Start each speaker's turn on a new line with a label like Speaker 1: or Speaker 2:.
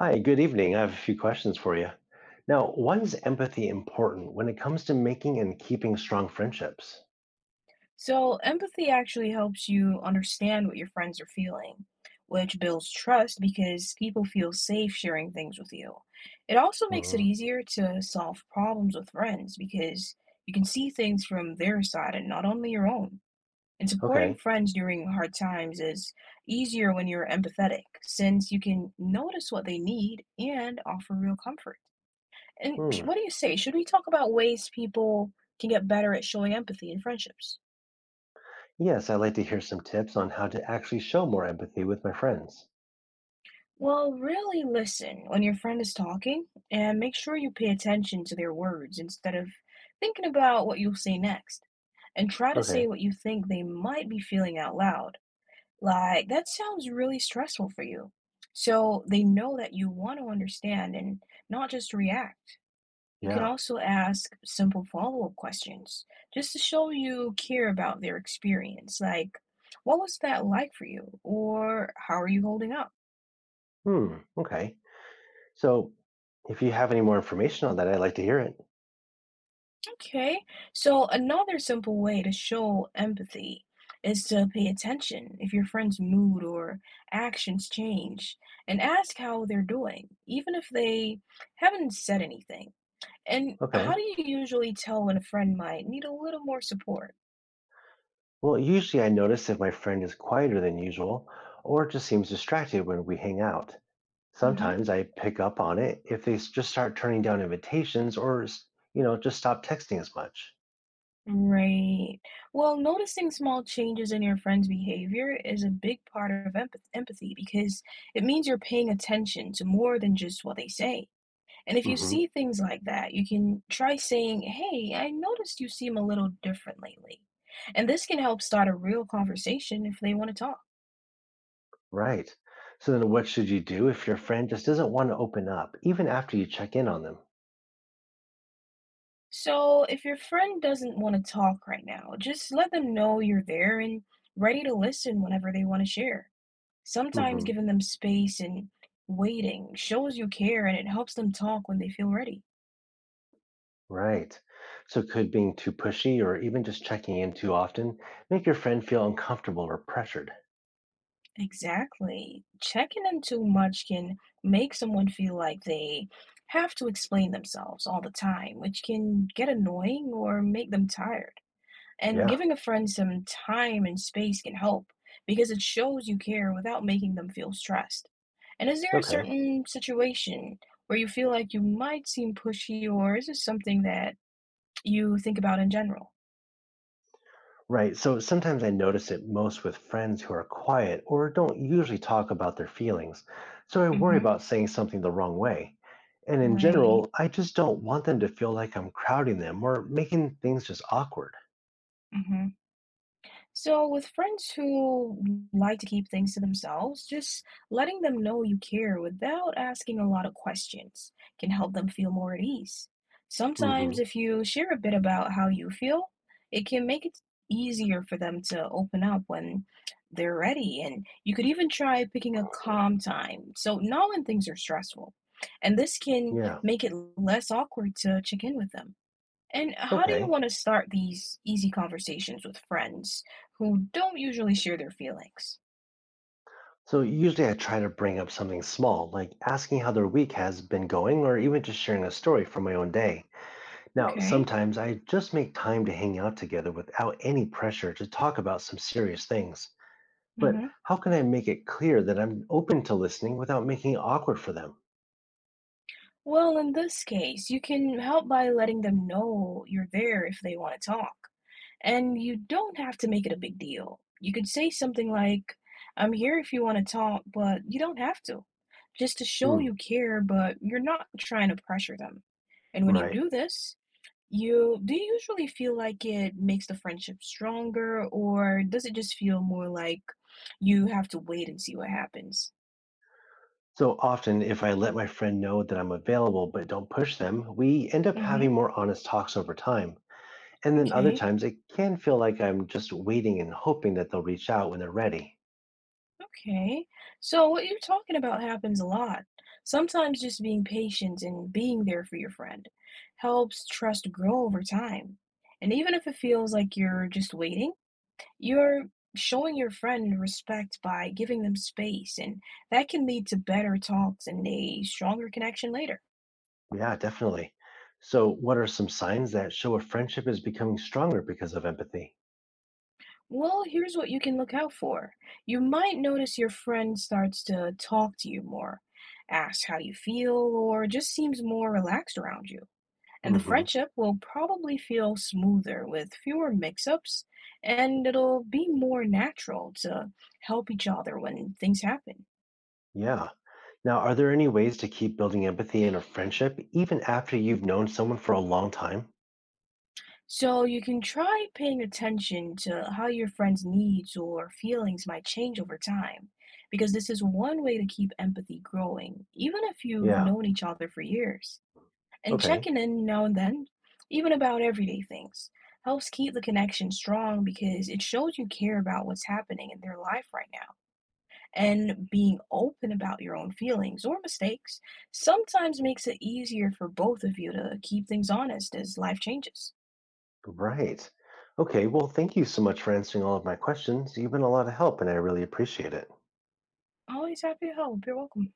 Speaker 1: Hi, good evening. I have a few questions for you. Now, why is empathy important when it comes to making and keeping strong friendships?
Speaker 2: So, empathy actually helps you understand what your friends are feeling, which builds trust because people feel safe sharing things with you. It also makes it
Speaker 1: Hmm.
Speaker 2: easier to solve problems with friends because you can see things from their side and not only your own. And supporting
Speaker 1: Okay.
Speaker 2: friends during hard times is easier when you're empathetic, since you can notice what they need and offer real comfort. And
Speaker 1: Hmm.
Speaker 2: what do you say? Should we talk about ways people can get better at showing empathy in friendships?
Speaker 1: Yes, I'd like to hear some tips on how to actually show more empathy with my friends.
Speaker 2: Well, really listen when your friend is talking and make sure you pay attention to their words instead of thinking about what you'll say next. And try to say
Speaker 1: Okay.
Speaker 2: what you think they might be feeling out loud. Like, that sounds really stressful for you. So they know that you want to understand and not just react. You can
Speaker 1: Yeah.
Speaker 2: also ask simple follow-up questions just to show you care about their experience. Like, what was that like for you? Or how are you holding up?
Speaker 1: Hmm. Okay. So, if you have any more information on that, I'd like to hear it.
Speaker 2: Okay, so another simple way to show empathy is to pay attention if your friend's mood or actions change and ask how they're doing, even if they haven't said anything. And
Speaker 1: Okay.
Speaker 2: how do you usually tell when a friend might need a little more support?
Speaker 1: Well, usually I notice if my friend is quieter than usual or just seems distracted when we hang out.
Speaker 2: Hmm.
Speaker 1: Sometimes I pick up on it if just start turning down invitations or, just stop texting as much.
Speaker 2: Right. Well, noticing small changes in your friend's behavior is a big part of empathy because it means you're paying attention to more than just what they say. And if you see
Speaker 1: Hmm.
Speaker 2: things like that, you can try saying, "Hey, I noticed you seem a little different lately." And this can help start a real conversation if they want to talk.
Speaker 1: Right. So then what should you do if your friend just doesn't want to open up, even after you check in on them?
Speaker 2: So if your friend doesn't want to talk right now, just let them know you're there and ready to listen whenever they want to share. Sometimes
Speaker 1: Hmm.
Speaker 2: giving them space and waiting shows you care, and it helps them talk when they feel ready.
Speaker 1: Right. So could being too pushy or even just checking in too often make your friend feel uncomfortable or pressured?
Speaker 2: Exactly. Checking in too much can make someone feel like they have to explain themselves all the time, which can get annoying or make them tired. And
Speaker 1: Yeah.
Speaker 2: giving a friend some time and space can help, because it shows you care without making them feel stressed. And is there a
Speaker 1: Okay.
Speaker 2: certain situation where you feel like you might seem pushy, or is this something that you think about in general?
Speaker 1: Right. So sometimes I notice it most with friends who are quiet or don't usually talk about their feelings. So I worry
Speaker 2: Mm-hmm.
Speaker 1: about saying something the wrong way. And in
Speaker 2: Right.
Speaker 1: general, I just don't want them to feel like I'm crowding them or making things just awkward.
Speaker 2: Mm-hmm. So, with friends who like to keep things to themselves, just letting them know you care without asking a lot of questions can help them feel more at ease.
Speaker 1: Hmm.
Speaker 2: Sometimes, if you share a bit about how you feel, it can make it easier for them to open up when they're ready. And you could even try picking a calm time, so not when things are stressful. And this can
Speaker 1: Yeah.
Speaker 2: make it less awkward to check in with them. And how do you
Speaker 1: Okay.
Speaker 2: want to start these easy conversations with friends who don't usually share their feelings?
Speaker 1: So usually I try to bring up something small, like asking how their week has been going or even just sharing a story from my own day. Now,
Speaker 2: Okay.
Speaker 1: sometimes I just make time to hang out together without any pressure to talk about some serious things. But
Speaker 2: Mm-hmm.
Speaker 1: how can I make it clear that I'm open to listening without making it awkward for them?
Speaker 2: Well, in this case, you can help by letting them know you're there if they want to talk. And you don't have to make it a big deal. You could say something like, "I'm here if you want to talk, but you don't have to." Just to show
Speaker 1: Hmm,
Speaker 2: you care, but you're not trying to pressure them. And when you
Speaker 1: right.
Speaker 2: do this, You do you usually feel like it makes the friendship stronger, or does it just feel more like you have to wait and see what happens?
Speaker 1: So often, if I let my friend know that I'm available but don't push them, we end up
Speaker 2: Mhm.
Speaker 1: having more honest talks over time. And then other
Speaker 2: Okay.
Speaker 1: times, it can feel like I'm just waiting and hoping that they'll reach out when they're ready.
Speaker 2: Okay. So what you're talking about happens a lot. Sometimes just being patient and being there for your friend helps trust grow over time. And even if it feels like you're just waiting, you're showing your friend respect by giving them space, and that can lead to better talks and a stronger connection later.
Speaker 1: Yeah, definitely. So, what are some signs that show a friendship is becoming stronger because of empathy?
Speaker 2: Well, here's what you can look out for. You might notice your friend starts to talk to you more, asks how you feel, or just seems more relaxed around you. And the
Speaker 1: Hmm.
Speaker 2: friendship will probably feel smoother with fewer mix-ups, and it'll be more natural to help each other when things happen.
Speaker 1: Yeah. Now, are there any ways to keep building empathy in a friendship even after you've known someone for a long time?
Speaker 2: So you can try paying attention to how your friend's needs or feelings might change over time, because this is one way to keep empathy growing, even if you've
Speaker 1: Yeah.
Speaker 2: known each other for years. And
Speaker 1: Okay.
Speaker 2: checking in now and then, even about everyday things, helps keep the connection strong because it shows you care about what's happening in their life right now. And being open about your own feelings or mistakes sometimes makes it easier for both of you to keep things honest as life changes.
Speaker 1: Right. Okay. Well, thank you so much for answering all of my questions. You've been a lot of help, and I really appreciate it.
Speaker 2: Always happy to help. You're welcome.